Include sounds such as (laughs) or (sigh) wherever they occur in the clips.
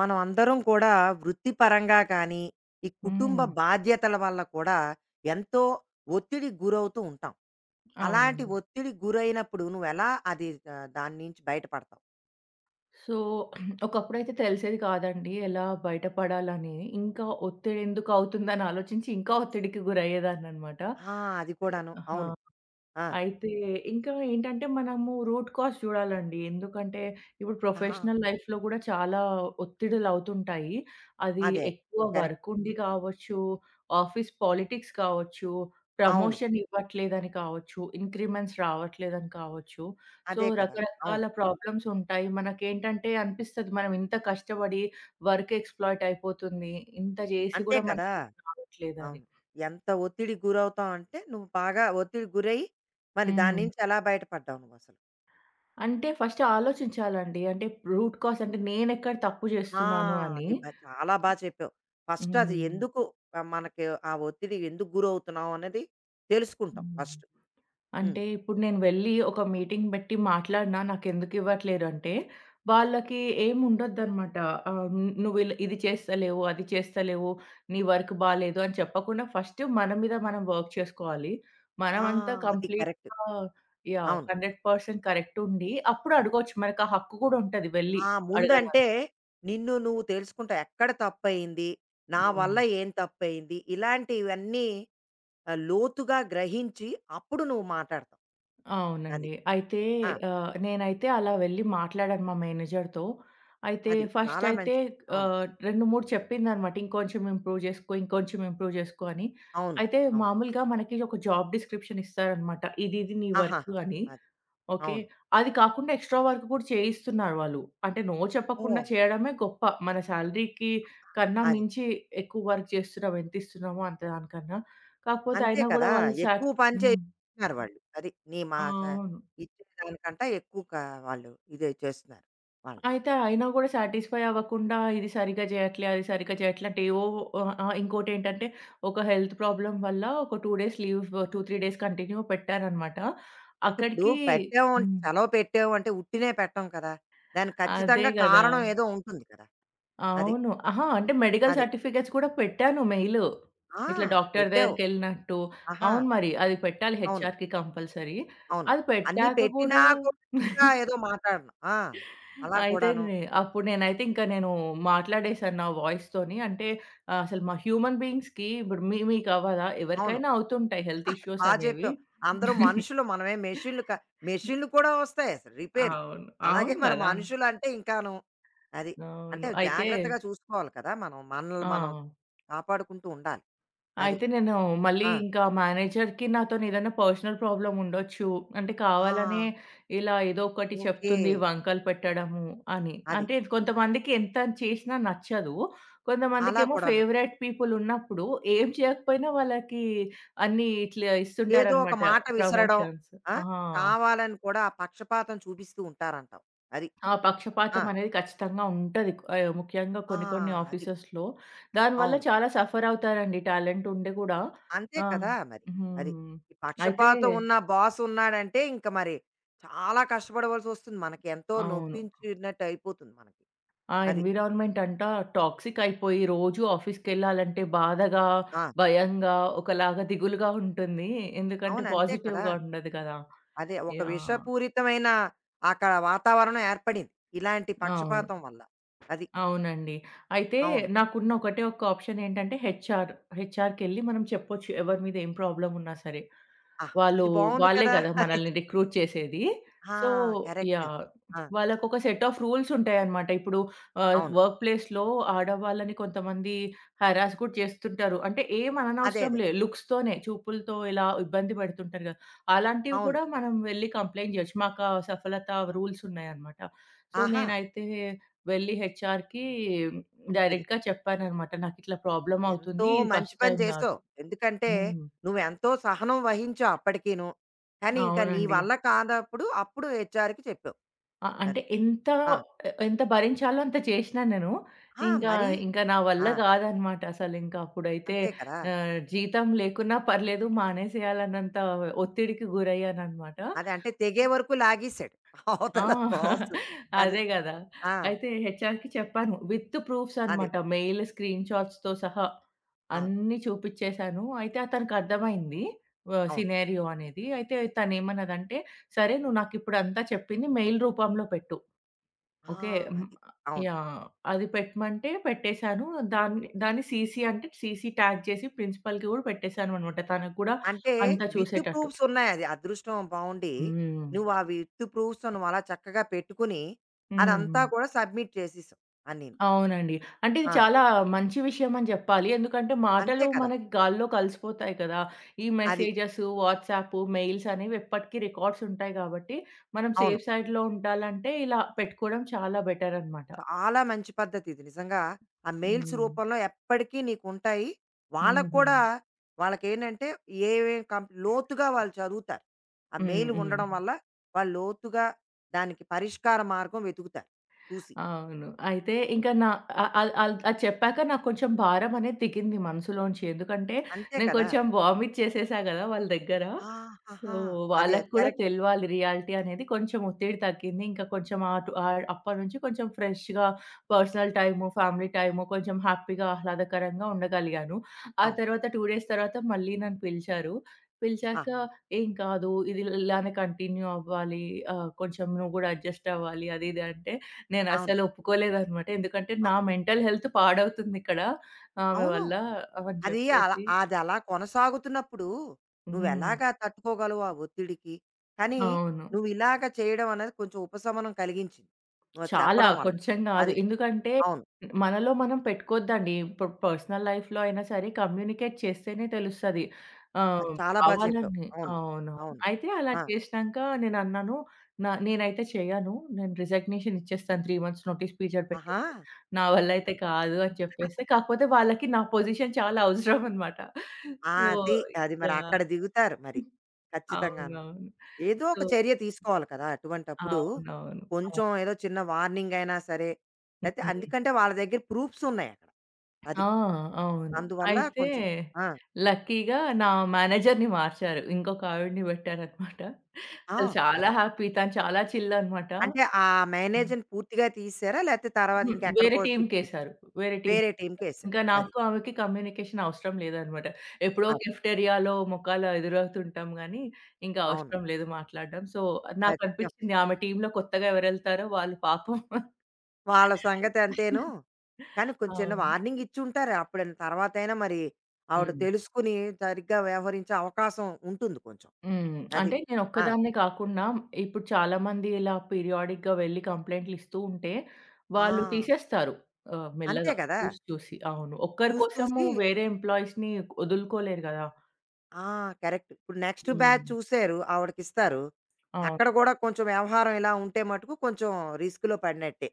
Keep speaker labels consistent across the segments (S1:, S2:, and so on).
S1: మనం అందరం కూడా వృత్తిపరంగా కానీ, ఈ కుటుంబ
S2: హ్మ్.
S1: బాధ్యతల వల్ల కూడా ఎంతో ఒత్తిడికి గురవుతూ ఉంటాం. అలాంటి
S2: అవునండి.
S1: ఒత్తిడికి గురైనప్పుడు నువ్వెలా అది దాని నుంచి బయటపడతావు?
S2: సో, (clears throat) ఒకప్పుడైతే తెలిసేది కాదండి. ఎలా బయటపడాలని. ఇంకా ఒత్తిడి ఎందుకు అవుతుందని ఆలోచించి, ఇంకా ఒత్తిడికి గురయ్యేదాన్ననమాట.
S1: ఆ! అది కూడాను.
S2: ఆ!
S1: అవును. ఆ!
S2: అయితే ఇంకా ఏంటంటే మనము రూట్ కాజ్ చూడాలండి. ఎందుకంటే ఇప్పుడు
S1: ఆహా!
S2: ప్రొఫెషనల్ లైఫ్‌లో గూడా చాలా ఒత్తిడులవుతుంటాయి. అది
S1: అదే. అదే.
S2: ఎక్కువ
S1: కరెక్ట్.
S2: వర్క్ ఉండి కావచ్చు, ఆఫీస్ పాలిటిక్స్ కావచ్చు,
S1: అవును.
S2: ప్రమోషన్ ఇవ్వట్లేదని కావచ్చు, ఇంక్రిమెంట్స్ రావట్లేదని కావచ్చు.
S1: అదే కదా! అవును.
S2: రకరకాల ప్రాబ్లమ్స్ ఉంటాయి. మనకేంటంటే అనిపిస్తది మనం ఇంత కష్టపడి వర్క్ ఎక్స్‌ప్లాయిట్ అయిపోతుంది. ఇంత జేసి
S1: అంతే
S2: గూడా మనకి
S1: కదా!
S2: రావట్లేదని.
S1: అవును. ఎంత ఒత్తిడికి గురవుతావంటే, నువ్వు బాగా ఒత్తిడికి గురై, మరి దాని
S2: హ్మ్.
S1: నుంచి ఎలా బయటపడ్డావు నువ్వసలు?
S2: అంటే ఫస్ట్ ఆలోచించాలండి. అంటే రూట్ కాజ్ అంటే నేనెక్కడ తప్పు
S1: ఆ!
S2: జేస్తున్నాను అని.
S1: అది చాలా బా చెప్పావు. ఫస్ట్ అది
S2: హ్మ్.
S1: ఎందుకు మనకి ఆ ఒత్తిడి ఎందుకు గురవుతున్నాం అనేది తెలుసుకుంటాం
S2: హ్మ్.
S1: ఫస్ట్. హ్మ్.
S2: అంటే ఇప్పుడు నేను వెళ్ళి ఒక మీటింగ్ బెట్టి మాట్లాడినా నాకెందుకివ్వట్లేరంటే, వాళ్ళకి ఏముండొద్దనమాట. ఆహ్, నువ్వు ఇది చేస్తలేవు, అది చేస్తలేవు, నీ వర్క్ బాలేదు అని చెప్పకుండా ఫస్ట్ మన మీద మనం వర్క్ చేసుకోవాలి.
S1: ఆ!
S2: మనమంతా
S1: అది కరెక్ట్.
S2: కంప్లీట్‌గా యాహ్!
S1: అవును.
S2: 100% కరెక్ట్ ఉండి అప్పుడు అడగొచ్చు. మనకు ఆ హక్కు గూడా ఉంటది వెళ్ళి
S1: ఆ! ముందంటే
S2: అడగడానికి.
S1: నిన్ను నువ్వు తెలుసుకుంటావు. ఎక్కడ తప్పయింది? నా
S2: హ్మ్.
S1: వల్ల ఏం తప్పయింది? ఇలాంటివన్నీ లోతుగా గ్రహించి అప్పుడు నువ్వు మాటాడతావు. అది.
S2: అవునండి. అయితే
S1: ఆ!
S2: నేనైతే అలా వెళ్ళి మాట్లాడాను మా మేనేజర్‌తో. అయితే
S1: అది
S2: ఫస్ట్
S1: చాలా
S2: అయితే
S1: మంచిది. అవును.
S2: ఆహ్, 2, 3 చెప్పిందనమాట. ఇంకొంచెం ఇంప్రూవ్ చేసుకో, ఇంకొంచెం ఇంప్రూవ్ చేసుకో అని.
S1: అవును.
S2: అయితే
S1: అవును.
S2: మామూలుగా మనకి ఒక జాబ్ డిస్క్రిప్షన్ ఇస్తారనమాట. ఇది నీ వర్క్
S1: ఆహాహా!
S2: అని.
S1: అది.
S2: ఓకే.
S1: అవును.
S2: అది కాకుండా ఎక్స్‌ట్రా వర్క్ కూడా చేయిస్తున్నారు వాళ్ళు. అంటే నో చెప్పకుండా
S1: ఓహ్!
S2: చేయడమే గొప్ప. మన సాలరీకి కన్నా
S1: అది.
S2: మించి ఎక్కువ వర్క్ చేస్తున్నాం. ఎంత ఇస్తున్నామో అంత దానికన్నా. కాకపోతే
S1: అంతే
S2: అయినా గూడా
S1: కదా!
S2: వాళ్ళు సా
S1: ఎక్కువ పని
S2: హ్మ్.
S1: చేయిస్తున్నారు వాళ్ళు. అది నీ మా
S2: ఆ! అవును.
S1: ఇచ్చే దానికంటే ఎక్కువ వాళ్ళు ఇది చేస్తున్నారు వాళ్ళు.
S2: అయితే అయినా గూడా సాటిస్‌ఫై అవ్వకుండా ఇది సరిగ్గా జేయట్లే, అది సరిగ్గా జేయట్లే అంటే ఏవో ఆహ్, ఆహ్, ఇంకోటేంటంటే ఒక హెల్త్ ప్రాబ్లమ్ వల్ల ఒక 2 డేస్ లీవ్ 2, 3 డేస్ కంటిన్యూ పెట్టారనమాట.
S1: అంటే ఇప్పుడు
S2: అక్కడికి
S1: పెట్టాము అంటే
S2: హ్మ్.
S1: సెలవు పెట్టాము అంటే ఉట్టినే పెట్టం కదా! దానికి
S2: అదే
S1: ఖచ్చితంగా
S2: గదా!
S1: కారణం ఏదో ఉంటుంది కదా! అది.
S2: అవును. అహా! అంటే మెడికల్
S1: అది.
S2: సర్టిఫికేట్స్ కూడా పెట్టాను మెయిలు.
S1: ఆ!
S2: ఇట్లా డాక్టర్
S1: పెట్టావు.
S2: దగ్గరికెళ్ళినట్టు.
S1: ఆహా!
S2: అవును మరి. అది పెట్టాలి
S1: అవును.
S2: హెచ్ఆర్‌కి కంపల్సరీ.
S1: అవును.
S2: అది
S1: అన్నీ
S2: పెట్టాక
S1: పెట్టినా
S2: గూడా
S1: కూడా ఇంకా
S2: (laughs)
S1: ఏదో మాట్లాడడం. ఆ! అలా
S2: అయితే
S1: కూడాను.
S2: నే అప్పుడు నేనైతే ఇంకా నేను మాట్లాడేసాను నా వాయిస్‌తోని. అంటే అసలు మా హ్యూమన్ బీయింగ్స్‌కి ఇప్పుడు మీకవ్వదా?
S1: అవును.
S2: ఎవరికైనా అవుతుంటాయి హెల్త్ ఇష్యూస్
S1: బా
S2: అనేవి.
S1: చెప్పావు. అందరూ
S2: (laughs)
S1: మనుషులు మనమే మెషిన్లు మెషిన్లు కూడా వస్తాయి అసలు రిపేర్లు.
S2: అవును. అవును
S1: అలాగే మన
S2: గదా!
S1: మనుషులంటే ఇంకాను. అది. అంటే
S2: అవును. అయితే
S1: జాగ్రత్తగా చూసుకోవాలి కదా! మనం మనల్ని
S2: ఆ!
S1: మనం కాపాడుకుంటూ ఉండాలి. అది.
S2: అయితే నేను మళ్ళీ
S1: ఆ!
S2: ఇంకా మేనేజర్‌కి నాతోని ఏదైనా పర్సనల్ ప్రాబ్లమ్ ఉండొచ్చు. అంటే
S1: ఆ!
S2: కావాలనే ఇలా ఏదో ఒకటి
S1: ఓకే.
S2: చెప్తుంది వంకలు పెట్టడము అని.
S1: అది.
S2: అంటే కొంతమందికి ఎంత చేసినా నచ్చదు.
S1: అలా
S2: కొంతమందికేమో
S1: కూడాను.
S2: ఫేవరెట్ పీపుల్ ఉన్నప్పుడు ఏం చేయకపోయినా వాళ్ళకి అన్నీ ఇట్లా
S1: ఏదో ఒక
S2: ఇస్తుంటారనమాట
S1: మాట విసరడం.
S2: ప్రమోషన్స్.
S1: ఆ!
S2: ఆ!
S1: కావాలని కూడా ఆ పక్షపాతం చూపిస్తూ ఉంటారంటావు. అది.
S2: ఆ!
S1: ఆ!
S2: పక్షపాతం అనేది ఖచ్చితంగా ఉంటది. ముఖ్యంగా
S1: ఆ!
S2: కొన్ని కొన్ని
S1: అది.
S2: ఆఫీసెస్‌లో. దానివల్ల
S1: అవును.
S2: చాలా సఫర్ అవుతారండి టాలెంట్ ఉండి కూడా.
S1: అంతే
S2: ఆ!
S1: కదా మరి. అది.
S2: హ్మ్.
S1: ఈ
S2: అయితే
S1: పక్షపాతం ఉన్న బాస్ ఉన్నాడంటే ఇంక మరి చాలా కష్టపడవలసి వస్తుంది. మనకి ఎంతో
S2: అవును.
S1: నొప్పించినట్టు అయిపోతుంది మనకి.
S2: ఆ
S1: అది.
S2: ఎన్విరాన్మెంట్ అంటా టాక్సిక్ అయిపోయి రోజు ఆఫీస్‌కెళ్ళాలంటే బాధగా,
S1: ఆ!
S2: భయంగా, ఒకలాగా దిగులుగా ఉంటుంది. ఎందుకంటే
S1: అవును. అంతే కదా!
S2: పాజిటివ్‌గా ఉండదు కదా!
S1: అదే ఒక
S2: యాహ్!
S1: విషపూరితమైన అక్కడ వాతావరణం ఏర్పడింది. ఇలాంటి
S2: అవును.
S1: పక్షపాతం వల్ల. అది.
S2: అవునండి. అయితే
S1: అవును.
S2: నాకున్న ఒకటే ఒక్క ఆప్షన్ ఏంటంటే హెచ్ఆర్. హెచ్ఆర్‌కెళ్ళి మనం చెప్పొచ్చు ఎవరి మీద ఏం ప్రాబ్లమ్ ఉన్నా సరే.
S1: ఆహా!
S2: వాళ్ళు
S1: ఇది బావుంది
S2: వాళ్ళే
S1: కదా!
S2: గదా! మనల్ని రిక్రూట్ చేసేది.
S1: ఆ!
S2: So
S1: correct.
S2: యాహ్!
S1: ఆ!
S2: వాళ్ళకొక సెట్ ఆఫ్ రూల్స్ ఉంటాయన్నమాట. ఇప్పుడు
S1: అవును.
S2: వర్క్ ప్లేస్‌లో ఆడవాళ్ళని కొంతమంది హరాస్ కూడా చేస్తుంటారు. అంటే ఏం
S1: అదే
S2: అననవసరం
S1: అదే.
S2: లే. లుక్స్‌తోనే చూపులతో ఇలా ఇబ్బంది పెడుతుంటారు గదా! అలాంటివి
S1: అవును.
S2: కూడా మనం వెళ్లి కంప్లెయింట్ చేయొచ్చు. మాకా సఫలత రూల్స్ ఉన్నాయన్నమాట. సో
S1: ఆహా!
S2: నేనైతే వెళ్లి హెచ్‌ఆర్‌కి
S1: అది.
S2: డైరెక్ట్‌గా చెప్పానన్నమాట. నాకిట్లా ప్రాబ్లమ్
S1: ఎంతో
S2: అవుతుంది. ఇది
S1: మంచి
S2: ఫస్ట్
S1: పని
S2: టైమ్
S1: చేసావు.
S2: గాదు.
S1: ఎందుకంటే
S2: హ్మ్.
S1: నువ్వెంతో సహనం వహించావు అప్పటికీను. కానీ ఇంకా నీ
S2: అవునండి.
S1: వల్ల కానప్పుడు అప్పుడు హెచ్ఆర్‌కి చెప్పావు.
S2: ఆ! అంటే
S1: అది.
S2: ఎంత
S1: ఆ!
S2: ఎంత భరించాలో అంత చేసినా నేను.
S1: ఆ!
S2: ఇంకా,
S1: మరి
S2: ఇంకా నా వల్ల
S1: ఆ!
S2: కాదనమాట అసలింక. అప్పుడైతే
S1: అంతే కదా!
S2: జీతం లేకున్నా పర్లేదు మానేసేయాలన్నంత ఒత్తిడికి గురయ్యాననమాట.
S1: అదే అంటే తెగే వరకు లాగేసాడు. (laughs) అవతల
S2: ఆ!
S1: బాసు. అది.
S2: అదే గదా!
S1: ఆ!
S2: అయితే హెచ్ఆర్‌కి చెప్పాను. విత్ ప్రూఫ్స్
S1: అదే.
S2: అనమాట. మెయిల్ స్క్రీన్ షాట్స్‌తో సహా
S1: అవును.
S2: అన్నీ చూపిచ్చేసాను. అయితే అతనికర్థమైంది.
S1: అవును.
S2: సినారియో అనేది. అయితే తనేమన్నదంటే, "సరే నువ్వు నాకిప్పుడంతా చెప్పింది మెయిల్ రూపంలో పెట్టు."
S1: ఆ!
S2: ఓకే. హ్మ్.
S1: అది. అవును.
S2: యాహ్! అది పెట్టమంటే పెట్టేసాను. దాన్ని దాన్ని సీసీ అంటే సీసీ ట్యాగ్ చేసి ప్రిన్సిపల్‌కి గూడా పెట్టేసాననమాట. తనకు గూడా
S1: అంటే
S2: అంతా
S1: విత్
S2: చూసేటట్టు.
S1: ప్రూఫ్స్ ఉన్నాయి. అది అదృష్టం బావుండి
S2: హ్మ్.
S1: నువ్వు ఆ విత్ ప్రూఫ్స్ అలా చక్కగా పెట్టుకుని
S2: హ్మ్.
S1: అదంతా కూడా సబ్మిట్ చేసేసావు అన్నీను.
S2: అవునండి. అంటే ఇది
S1: ఆ!
S2: చాలా మంచి విషయం అని జెప్పాలి. ఎందుకంటే
S1: అంతే
S2: మాటలు
S1: కదా!
S2: మనకి గాల్లో కలిసిపోతాయి కదా! ఈ
S1: అది.
S2: మెసేజెస్, వాట్సాప్, మెయిల్స్ అనేవి ఎప్పటికి రికార్డ్స్ ఉంటాయి గాబట్టి, మనం
S1: అవును.
S2: సేఫ్ సైడ్‌లో ఉండాలంటే ఇలా పెట్టుకోవడం చాలా బెటర్ అనమాట.
S1: చాలా మంచి పద్ధతి ఇది నిజంగా. ఆ మెయిల్స్
S2: హ్మ్.
S1: రూపంలో ఎప్పటికీ నీకుంటాయి. వాళ్ళకి
S2: హుహు.
S1: కూడా వాళ్ళకేంటంటే ఏవేం లోతుగా వాళ్ళు చదువుతారు. ఆ మెయిల్
S2: హ్మ్. హ్మ్.
S1: ఉండడం వల్ల వాళ్ళు లోతుగా దానికి పరిష్కార మార్గం వెతుకుతారు చూసి.
S2: అవును. అయితే ఇంకా నా ఆహ్, ఆహ్, ఆహ్, అది చెప్పాక నాకు కొంచెం భారం అనేది దిగింది మనసులోంచి. ఎందుకంటే
S1: అంతే
S2: నేను
S1: కదా!
S2: కొంచెం వామిట్ చేసేసా గదా! వాళ్ళ దగ్గర. సో,
S1: ఆహాహా! అదే
S2: వాళ్ళకి
S1: అది
S2: కూడా
S1: కరెక్ట్.
S2: తెలవాలి రియాలిటీ అనేది. కొంచెం ఒత్తిడి తగ్గింది. ఇంకా కొంచెం అటు అప్పటినుంచి కొంచెం ఫ్రెష్‌గా పర్సనల్ టైము, ఫ్యామిలీ టైము కొంచెం హ్యాపీగా, ఆహ్లాదకరంగా ఉండగలిగాను. ఆ
S1: అవును.
S2: తర్వాత 2 డేస్ తర్వాత మళ్ళీ నన్ను పిలిచారు.
S1: ఆ!
S2: పిలిచాక "ఏం కాదు. ఇది ఇలానే కంటిన్యూ అవ్వాలి. కొంచెం నువ్వు గూడా అడ్జస్ట్ అవ్వాలి." అది ఇది అంటే
S1: అవును.
S2: నేనసలు ఒప్పుకోలేదనమాట. ఎందుకంటే
S1: అ
S2: నా మెంటల్ హెల్త్ పాడవుతుందిక్కడ ఆమె
S1: అవును.
S2: వల్ల అని
S1: అది అలా
S2: చెప్పేసి
S1: కొనసాగుతున్నప్పుడు
S2: హ్మ్.
S1: నువ్వెలాగా తట్టుకోగలవు ఆ ఒత్తిడికి? కానీ
S2: అవును.
S1: నువ్వు ఇలాగ చేయడం అనేది కొంచెం ఉపశమనం కలిగించింది. నువ్వు అది
S2: చాలా.
S1: చెప్పడం వల్ల.
S2: కొంచెం గాదు.
S1: అది.
S2: ఎందుకంటే
S1: అవును.
S2: మనలో మనం పెట్టుకోద్దండి. ఇప్పుడు పర్సనల్ లైఫ్‌లో అయినా సరే కమ్యూనికేట్ చేస్తేనే తెలుస్తది.
S1: అది
S2: ఆహ్,
S1: చాలా బా చెప్పావు.
S2: కావాలని
S1: అవును.
S2: అవునవును.
S1: అవును.
S2: అయితే అలా
S1: ఆ!
S2: చేసినాక నేనన్నాను, నేనైతే చేయను. నేను రిజగ్నేషన్ ఇచ్చేస్తాను 3 మంత్స్ నోటీస్ పీరియడ్
S1: ఆహా!
S2: పెట్టేసి. నా వల్ల అయితే
S1: అది.
S2: కాదు అని చెప్పేస్తే, కాకపోతే వాళ్ళకి నా పొజిషన్ చాలా అవసరం అన్నమాట. సో
S1: అది. అది మరి
S2: యాహ్!
S1: అక్కడ దిగుతారు మరి. ఖచ్చితంగాను.
S2: అవునవును.
S1: ఏదో
S2: సో
S1: ఒక చర్య తీసుకోవాలి కదా! అటువంటప్పుడు
S2: అవునవును. అవును.
S1: కొంచెం ఏదో చిన్న వార్నింగ్ అయినా సరే, లేతే
S2: హ్మ్.
S1: ఎందుకంటే వాళ్ళ దగ్గర ప్రూఫ్స్ ఉన్నాయి అక్కడ.
S2: ఆ!
S1: అది.
S2: అవును.
S1: అందువల్ల
S2: అయితే
S1: కొంచెం ఆ!
S2: లక్కీగా నా మేనేజర్‌ని మార్చారు. ఇంకొక ఆవిడని పెట్టారనమాట.
S1: ఆ!
S2: అసలు చాలా
S1: అదే.
S2: హ్యాపీ. తను చాలా చిల్ అనమాట.
S1: అంటే ఆ
S2: హ్మ్.
S1: మేనేజర్‌ని పూర్తిగా తీసేసారా? లేతే తర్వాత
S2: వేరే
S1: ఇంకెక్కడికో షిఫ్ట్ చేసారా?
S2: టీమ్‌కేశారు. వేరే టీమ్.
S1: వేరే టీమ్‌కేసారు.
S2: ఇంకా
S1: అది.
S2: నాకు ఆమెకి కమ్యూనికేషన్ అవసరం లేదనమాట. ఎప్పుడో
S1: అది.
S2: కెఫ్టేరియాలో మొఖాలు ఎదురవుతుంటాం గానీ, ఇంకా
S1: అవును.
S2: అవసరం లేదు మాట్లాడడం. సో,
S1: అధికం.
S2: నాకనిపించింది ఆమె టీమ్‌లో కొత్తగా ఎవరెళ్తారో వాళ్ళు పాపం
S1: వాళ్ళ సంగతంతేను.
S2: (laughs)
S1: కానీ కొంచెం చిన్న
S2: అవును.
S1: వార్నింగ్ ఇచ్చుంటారు. అప్పుడైనా తర్వాతైనా మరి ఆవిడ
S2: హ్మ్.
S1: తెలుసుకుని సరిగ్గా వ్యవహరించే అవకాశం ఉంటుంది కొంచెం.
S2: హ్మ్.
S1: అది.
S2: అంటే
S1: ఆ!
S2: నేనొక్కదాన్నే కాకుండా ఇప్పుడు చాలామంది ఇలా పీరియాడిక్‌గా వెళ్లి కంప్లెయింట్లు ఇస్తూ ఉంటే, వాళ్ళు
S1: ఆ!
S2: తీసేస్తారు
S1: అంతే
S2: మెల్లగా
S1: కదా!
S2: చూసి చూసి. అవును. ఒక్కరి
S1: చూసి
S2: కోసము
S1: చూసి
S2: వేరే ఎంప్లాయీస్‌ని వదులుకోలేరు గదా!
S1: ఆ! కరెక్ట్. ఇప్పుడు నెక్స్ట్
S2: హ్మ్.
S1: బ్యాచ్ చూసారు. ఆవిడకిస్తారు. అక్కడ
S2: అవును.
S1: కూడా కొంచెం వ్యవహారం ఇలా ఉంటే మటుకు కొంచెం రిస్క్‌లో పడినట్టే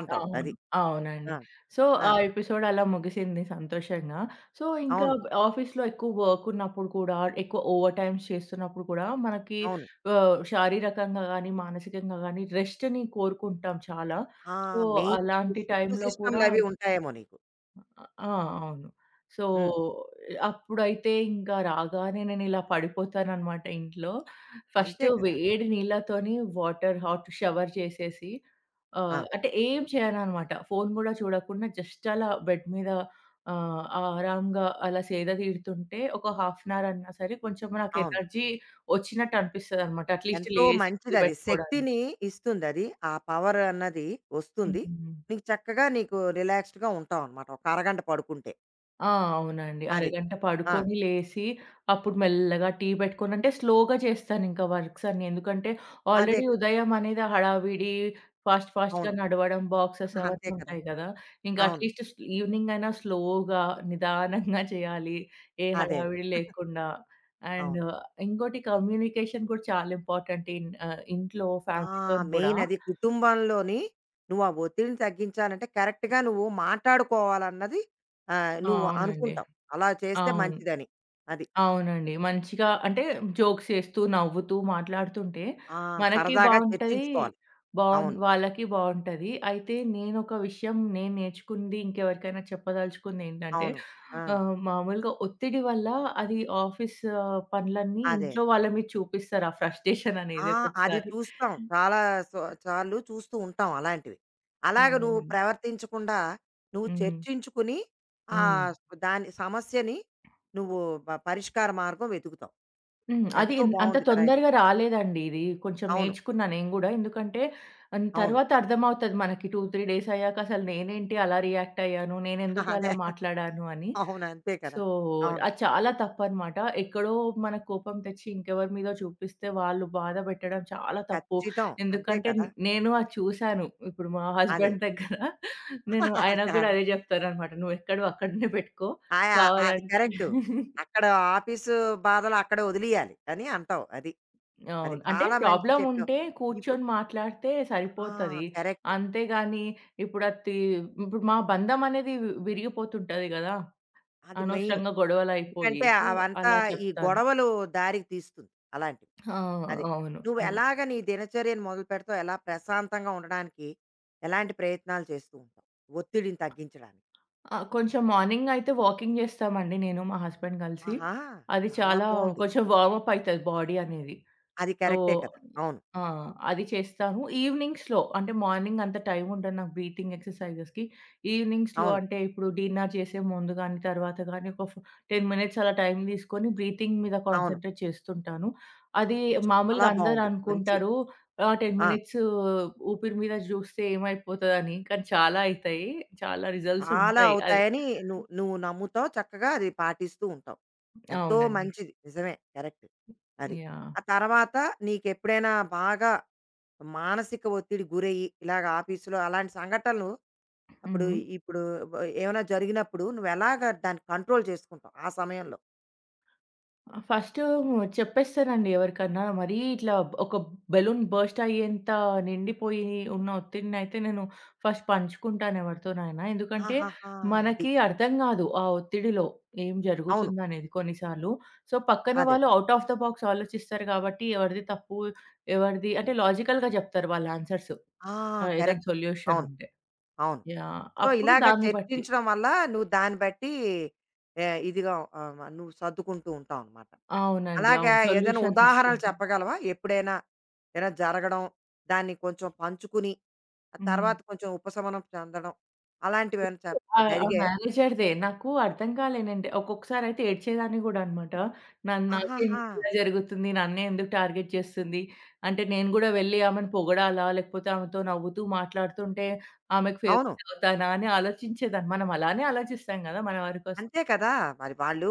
S1: అంటావు. అది.
S2: అవును. అవునండి.
S1: ఆ!
S2: సో,
S1: ఆ!
S2: ఆ ఎపిసోడ్ అలా ముగిసింది సంతోషంగా. సో, ఇంకా
S1: అవును.
S2: ఆఫీస్‌లో ఎక్కువ వర్క్ ఉన్నప్పుడు కూడా, ఎక్కువ ఓవర్ టైమ్స్ చేస్తున్నప్పుడు కూడా మనకి
S1: అవును.
S2: శారీరకంగా గానీ, మానసికంగా గానీ రెస్ట్‌ని కోరుకుంటాం చాలా.
S1: ఆ!
S2: సో,
S1: మెయిన్
S2: అలాంటి
S1: షిఫ్ట్
S2: టైంలో కూడా
S1: సిస్టమ్‌లవి ఉంటాయేమో నీకు.
S2: అ! ఆ! అవును. సో,
S1: హ్మ్.
S2: అప్పుడైతే ఇంకా రాగానే నేనిలా పడిపోతాననమాట ఇంట్లో. ఫస్ట్
S1: అంతే కదా!
S2: వేడి నీళ్ళతోని హాట్ షవర్ చేసేసి
S1: ఆ!
S2: అంటే ఏం చేయననమాట. ఫోను గూడా చూడకుండా జస్ట్ అలా బెడ్ మీద ఆరాంగా అలా సేద తీరుతుంటే ఒక హాఫ్ అన్ అవర్ అన్నా సరే కొంచెం నాకు
S1: అవును.
S2: ఎనర్జీ వచ్చినట్టు అనిపిస్తదనమాట. అట్‌లీస్ట్
S1: ఎంతో
S2: లేసి టీ
S1: మంచిదది.
S2: పెట్టుకోవడానికి.
S1: శక్తిని ఇస్తుందది. ఆ పవర్ అన్నది వస్తుంది.
S2: హ్మ్.
S1: నీకు రిలాక్స్డ్‌గా ఉంటావనమాట. ఒక అరగంట పడుకుంటే.
S2: ఆ! అవునండి.
S1: అది.
S2: అరగంట
S1: ఆ!
S2: పడుకొని లేసి, అప్పుడు మెల్లగా టీ పెట్టుకొని అంటే స్లోగా చేస్తానింకా వర్క్స్ అన్నీ. ఎందుకంటే
S1: అదే
S2: ఆల్రెడీ
S1: కదా!
S2: ఉదయం అనేది ఆ హడావిడి, ఫాస్ట్ ఫాస్ట్‌గా
S1: అవును.
S2: నడవడం, బాక్సెస్
S1: (laughs) అంతే
S2: అవన్నీ
S1: కదా!
S2: ఉంటాయి కదా! ఇంకా
S1: అవును.
S2: అట్‌లీస్ట్ ఈవినింగ్ అయినా స్లోగా, నిదానంగా చేయాలి. ఏ
S1: అదే.
S2: హడావిడి లేకుండా. అండ్
S1: అవును.
S2: ఇంకోటి కమ్యూనికేషన్ కూడా చాలా ఇంపార్టెంట్ ఇన్ ఇంట్లో
S1: ఆ!
S2: ఫ్యామిలీతోని కూడా.
S1: మెయిన్ అది కుటుంబంలోని నువ్వు ఆ ఒత్తిడిని తగ్గించాలంటే కరెక్ట్‌గా నువ్వు మాట్లాడుకోవాలన్నది
S2: ఆ!
S1: నువ్వు
S2: అవునండి.
S1: అనుకుంటావు. అలా చేస్తే
S2: అవును.
S1: మంచిదని. అది.
S2: అవునండి. మంచిగా అంటే జోక్స్ చేస్తూ, నవ్వుతూ మాట్లాడుతుంటే
S1: ఆ!
S2: మనకి
S1: సరదాగా
S2: బావుంటది.
S1: చర్చించుకోవాలి. అవును.
S2: వాళ్ళకి బావుంటది. అయితే నేనొక విషయం నేను నేర్చుకుంది ఇంకెవరికైనా చెప్పదలుచుకుందేంటంటే
S1: అవును. ఆ!
S2: మామూలుగా ఒత్తిడి వల్ల అది ఆఫీస్ ఆ, పనులన్నీ
S1: అదే. అదే.
S2: ఇంట్లో వాళ్ళ మీద చూపిస్తారు. ఆ ఫ్రస్ట్రేషన్
S1: ఆ!
S2: అనేది
S1: అది
S2: ఒక్కొక్కసారి.
S1: చూస్తాం. చాలా సో సార్లు చూస్తూ ఉంటాం అలాంటివి. అలాగ నువ్వు
S2: అవును.
S1: ప్రవర్తించకుండా నువ్వు
S2: హ్మ్.
S1: చర్చించుకుని
S2: హ్మ్.
S1: ఆహ్, దాని సమస్యని నువ్వు పరిష్కార మార్గం వెతుకుతావు.
S2: హ్మ్. అది
S1: ఎంతో
S2: ఎన్ అంత
S1: బావుంది కదా! ఇది.
S2: తొందరగా రాలేదండి ఇది. కొంచెం
S1: అవును.
S2: నేర్చుకున్నా నేను గూడా. ఎందుకంటే ఆన్
S1: అవును.
S2: తర్వాత అర్థమవుతది మనకి 2, 3 డేస్ అయ్యాక అసలు నేనేంటి అలా రియాక్ట్ అయ్యాను?
S1: (laughs)
S2: నేనెందుకు
S1: అదే.
S2: అలా మాట్లాడాను అని.
S1: అవును. అంతే కదా!
S2: సో,
S1: అవును.
S2: అది చాలా తప్పనమాట. ఎక్కడో మన కోపం తెచ్చి ఇంకెవరి మీదో చూపిస్తే వాళ్ళు బాధ పెట్టడం చాలా తప్పు.
S1: ఖచ్చితం. అంతే
S2: ఎందుకంటే
S1: కదా!
S2: నేను అది చూశాను. ఇప్పుడు మా
S1: అదే.
S2: హస్బెండ్ దగ్గర నేను
S1: (laughs) అదే.
S2: ఆయనకు గూడా
S1: అదే.
S2: అదే జెప్తాననమాట. "నువ్వెక్కడివి అక్కడనే పెట్టుకో.
S1: ఆ! అది
S2: కావాలంటే."
S1: కరెక్టు. అక్కడ ఆఫీసు బాధలు అక్కడే వదిలియాలి అని అంటావు. అది. అది.
S2: అవును. అంటే
S1: చాలా మంచి
S2: ప్రాబ్లమ్
S1: చెప్పావు.
S2: ఉంటే
S1: ఇప్పుడు
S2: కూర్చొని మాట్లాడితే
S1: ఆ!
S2: సరిపోతది.
S1: కరెక్ట్.
S2: అంతేగాని, ఇప్పుడు అది తి ఇప్పుడు మా బంధం అనేది విరిగిపోతుంటది గదా!
S1: అది మెయిన్.
S2: అనవసరంగా గొడవలయిపోయి.
S1: ఎందుకంటే
S2: సో,
S1: అవంతా
S2: అలా
S1: ఈ
S2: చెప్తాను.
S1: గొడవలు దారికి తీస్తుంది అలాంటివి.
S2: ఆ!
S1: అది.
S2: అవును.
S1: నువ్వు
S2: అలా.
S1: ఎలాగ నీ దినచర్యను మొదలుపెడతావు? ఎలా ప్రశాంతంగా ఉండడానికి ఎలాంటి ప్రయత్నాలు చేస్తూ ఉంటావు? ఒత్తిడిని తగ్గించడానికి?
S2: ఆ! కొంచెం మార్నింగ్ అయితే వాకింగ్ చేస్తామండి నేను, మా హస్బెండ్ కలిసి.
S1: ఆహా!
S2: అది
S1: చాలా
S2: చాలా
S1: బావుంది.
S2: కొంచెం వార్మప్ అయితది బాడీ అనేది.
S1: అది
S2: సో
S1: కరెక్టే కదా! అవును.
S2: ఆ! అది చేస్తాను. ఈవెనింగ్స్‌లో అంటే మార్నింగ్ అంత టైం ఉండదు నాకు బ్రీతింగ్ ఎక్సర్‌సైజెస్‌కి. ఈవెనింగ్స్‌లో
S1: అవును.
S2: అంటే ఇప్పుడు డిన్నర్ చేసే ముందు గాని, తర్వాత గాని ఒక 10 మినిట్స్ అలా టైం తీసుకొని బ్రీతింగ్ మీద
S1: అవును.
S2: కాన్సంట్రేట్ చేస్తుంటాను. అది
S1: అవు చాలా
S2: మామూలుగా అందరూ
S1: బావుంది. మంచి
S2: అనుకుంటారు 10
S1: ఆ!
S2: మినిట్స్ ఊపిరి మీద చూస్తే ఏమైపోతదని. కానీ చాలా అయితాయి. చాలా రిజల్ట్స్
S1: చాలా
S2: ఉంటాయి. అది
S1: అవుతాయని నువ్వు నువ్వు నమ్ముతావు. చక్కగా అది పాటిస్తూ ఉంటావు. ఎంతో
S2: అవునండి.
S1: మంచిది. నిజమే. కరెక్ట్. అది.
S2: యాహ్!
S1: ఆ తర్వాత నీకెప్పుడైనా బాగా మానసిక ఒత్తిడి గురయ్యి, ఇలాగ ఆఫీస్‌లో అలాంటి సంఘటనలు అప్పుడు
S2: హ్మ్.
S1: ఇప్పుడు ఏమైనా జరిగినప్పుడు నువ్వెలాగ దాన్ని కంట్రోల్ చేసుకుంటావు ఆ సమయంలో?
S2: ఆ! ఫస్టు చెప్పేస్తానండి ఎవరికన్నా. మరీ ఇట్లా ఒక బెలూన్ బర్స్ట్ అయ్యేంత నిండిపోయి ఉన్న ఒత్తిడినైతే నేను ఫస్ట్ పంచుకుంటాను ఎవరితోనైనా. ఎందుకంటే
S1: ఆహాహా! అది.
S2: మనకి అర్థం గాదు ఆ ఒత్తిడిలో ఏం
S1: అవును.
S2: జరుగుతుందనేది కొన్నిసార్లు. సో, పక్కన
S1: అదే.
S2: వాళ్ళు ఔట్ ఆఫ్ ద బాక్స్ ఆలోచిస్తారు కాబట్టి ఎవరిది తప్పు, ఎవరిది అంటే లాజికల్‌గా జెప్తారు వాళ్ళ ఆన్సర్స్.
S1: ఆ!
S2: ఏదైనా
S1: కరెక్ట్.
S2: సొల్యూషన్
S1: అవును.
S2: ఉంటే.
S1: అవును.
S2: యాహ్!
S1: సో,
S2: అప్పుడు
S1: ఇలాగ
S2: దాన్ని బట్టి
S1: చర్చించడం వల్ల నువ్వు దాన్ని బట్టి ఆహ్, ఇదిగా నువ్వు సర్దుకుంటూ ఉంటావనమాట.
S2: అవునండి.
S1: అలాగా
S2: అవును.
S1: ఏదైనా
S2: సొల్యూషన్స్
S1: ఉదాహరణలు
S2: ఇస్తుంటారు.
S1: చెప్పగలవా? ఎప్పుడైనా ఏదైనా జరగడం, దాన్ని కొంచెం పంచుకుని, ఆ
S2: హ్మ్.
S1: తర్వాత కొంచెం ఉపశమనం చెందడం అలాంటివేమైనా
S2: ఆ! ఆ
S1: జరిగాయా?
S2: మేనేజర్‌దే. నాకు అర్థం కాలేనండి. ఒక్కొక్కసారయితే ఏడ్చేదాన్ని గూడా అనమాట.
S1: ఆహాహా!
S2: నాకెందుకు ఇలా జరుగుతుంది? నన్నే ఎందుకు టార్గెట్ చేస్తుంది? అంటే నేను గూడా వెళ్లి ఆమెను పొగడాలా? లేకపోతే ఆమెతో నవ్వుతూ మాట్లాడుతుంటే ఆమెకు
S1: అవును.
S2: ఫేవరెట్ అవుతానా? అని ఆలోచించేదాన్ని. మనం అలానే ఆలోచిస్తాం గదా! మన వరకొస్తే.
S1: అంతే కదా! మరి వాళ్ళు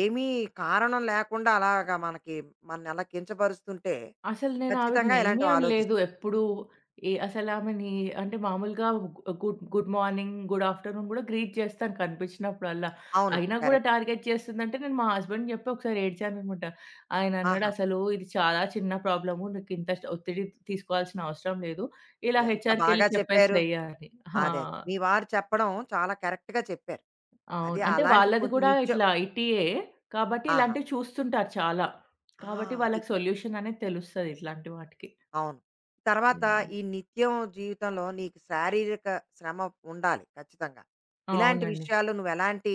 S1: ఏమీ కారణం లేకుండా అలాగా మనకి మనల్ని అలా కించపరుస్తుంటే
S2: అసలు నేను ఆవిడని
S1: ఖచ్చితంగా
S2: ఏమి
S1: ఇలాంటివి
S2: అనలేదు.
S1: ఆలోచిస్తాం.
S2: ఎప్పుడూ ఏ అసలామెని అంటే మామూలుగా good good morning, good afternoon గూడా గ్రీట్ చేస్తాను కనిపించినప్పుడల్లా.
S1: అవును.
S2: అయినా గూడా
S1: కరెక్ట్.
S2: టార్గెట్ చేస్తుందంటే నేను మా హస్బెండ్‌కి చెప్పి ఒకసారి ఏడ్చాననమాట. ఆయనన్నాడు,
S1: ఆహా!
S2: "అసలు ఇది చాలా చిన్న ప్రాబ్లము. నీకింత ఒత్తిడి తీసుకోవాల్సిన అవసరం లేదు. ఇలా
S1: ఎంత బాగా
S2: హెచ్ఆర్‌కెళ్ళి
S1: చెప్పారు.
S2: చెప్పేసేయి" అని. ఆ!
S1: అదే. అదే. మీ వారు చెప్పడం చాలా కరెక్ట్‌గా చెప్పారు. అది
S2: అవును. అంటే
S1: అలాంటి
S2: వాళ్ళది
S1: కొంచెం
S2: గూడా
S1: నిత్యం
S2: ఇట్లా ఐటీయే. కాబట్టి
S1: ఆహా!
S2: ఇలాంటివి చూస్తుంటారు చాలా. కాబట్టి
S1: ఆ! అది.
S2: వాళ్ళకి సొల్యూషన్ అనేది తెలుస్తది ఇట్లాంటి వాటికి.
S1: అవును. తర్వాత
S2: యాహ్!
S1: ఈ నిత్యం జీవితంలో నీకు శారీరక శ్రమ ఉండాలి ఖచ్చితంగా. ఇలాంటి
S2: అవునండి.
S1: విషయాల్లో నువ్వెలాంటి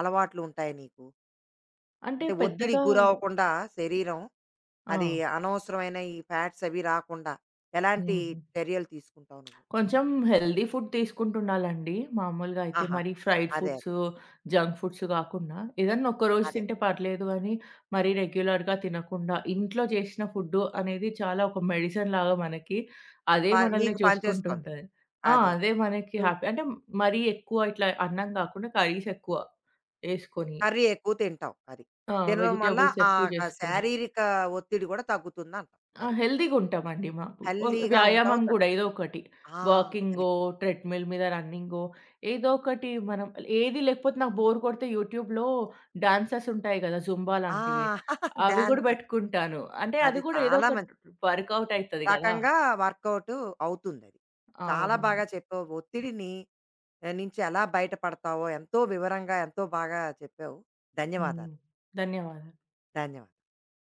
S1: అలవాట్లు ఉంటాయి నీకు?
S2: అంటే
S1: అంటే ఒత్తిడికి
S2: పెద్దగా
S1: గురవ్వకుండా శరీరం,
S2: ఆ!
S1: అది అనవసరమైన ఈ ఫ్యాట్స్ అవి రాకుండా ఎలాంటి
S2: హుహు.
S1: చర్యలు తీసుకుంటావు నువ్వు?
S2: కొంచెం హెల్తీ ఫుడ్ తీసుకుంటుండాలండి. మామూలుగా అయితే
S1: ఆహాహా!
S2: మరి ఫ్రైడ్
S1: అదే. అదే.
S2: ఫుడ్సు, జంక్ ఫుడ్స్ కాకుండా ఏదన్నా ఒక్కరోజు
S1: అదే.
S2: తింటే పర్లేదు గానీ, మరీ రెగ్యులర్‌గా తినకుండా ఇంట్లో చేసిన ఫుడ్డు అనేది చాలా ఒక మెడిసిన్ లాగా మనకి అదే
S1: ప
S2: మనల్ని
S1: నీకు పనిచేస్తోంది.
S2: చూసుకుంటుంటది. ఆ!
S1: అదే. అదే.
S2: అదే మనకి
S1: నువ్వు
S2: హ్యాపీ అంటే మరీ ఎక్కువ ఇట్లా అన్నం కాకుండా కర్రీస్ ఎక్కువ ఏసుకొని.
S1: కర్రీ ఎక్కువ తింటావు అది.
S2: ఆ!
S1: తినడం వల్ల
S2: వెజిటబుల్స్ ఎక్కువ చేసుకొని.
S1: శారీరక ఒత్తిడి కూడా తగ్గుతుందంటావు
S2: ఆ!
S1: అది.
S2: హెల్తీగుంటామండి మాకు. ఓల్
S1: హెల్తీగా ఉంటావు
S2: వ్యాయామం గూడా ఏదో ఒకటి.
S1: ఆ!
S2: వాకింగో,
S1: కరెక్ట్.
S2: ట్రెడ్‌మిల్ మీద రన్నింగో ఏదో ఒకటి మనం ఏది లేకపోతే నాకు బోర్ కొడితే యూట్యూబ్‌లో డాన్సెస్ ఉంటాయి గదా! జుంబా
S1: ఆ!
S2: లాంటివి.
S1: (laughs)
S2: అవి గూడా
S1: డాన్స్.
S2: బెట్టుకుంటాను. అంటే
S1: అది
S2: అది గూడా ఏదో
S1: చాలా
S2: ఒక
S1: మంచి
S2: వర్కౌట్ అయితది గదా!
S1: రకంగా వర్కౌట్ అవుతుందది. చాలా
S2: అవునవును.
S1: బాగా చెప్పావు. ఒత్తిడిని నుంచి ఎలా బయటపడతావో ఎంతో వివరంగా, ఎంతో బాగా చెప్పావు.
S2: హ్మ్.
S1: ధన్యవాదాలు.
S2: ధన్యవాదాలు.
S1: ధన్యవాదాలు.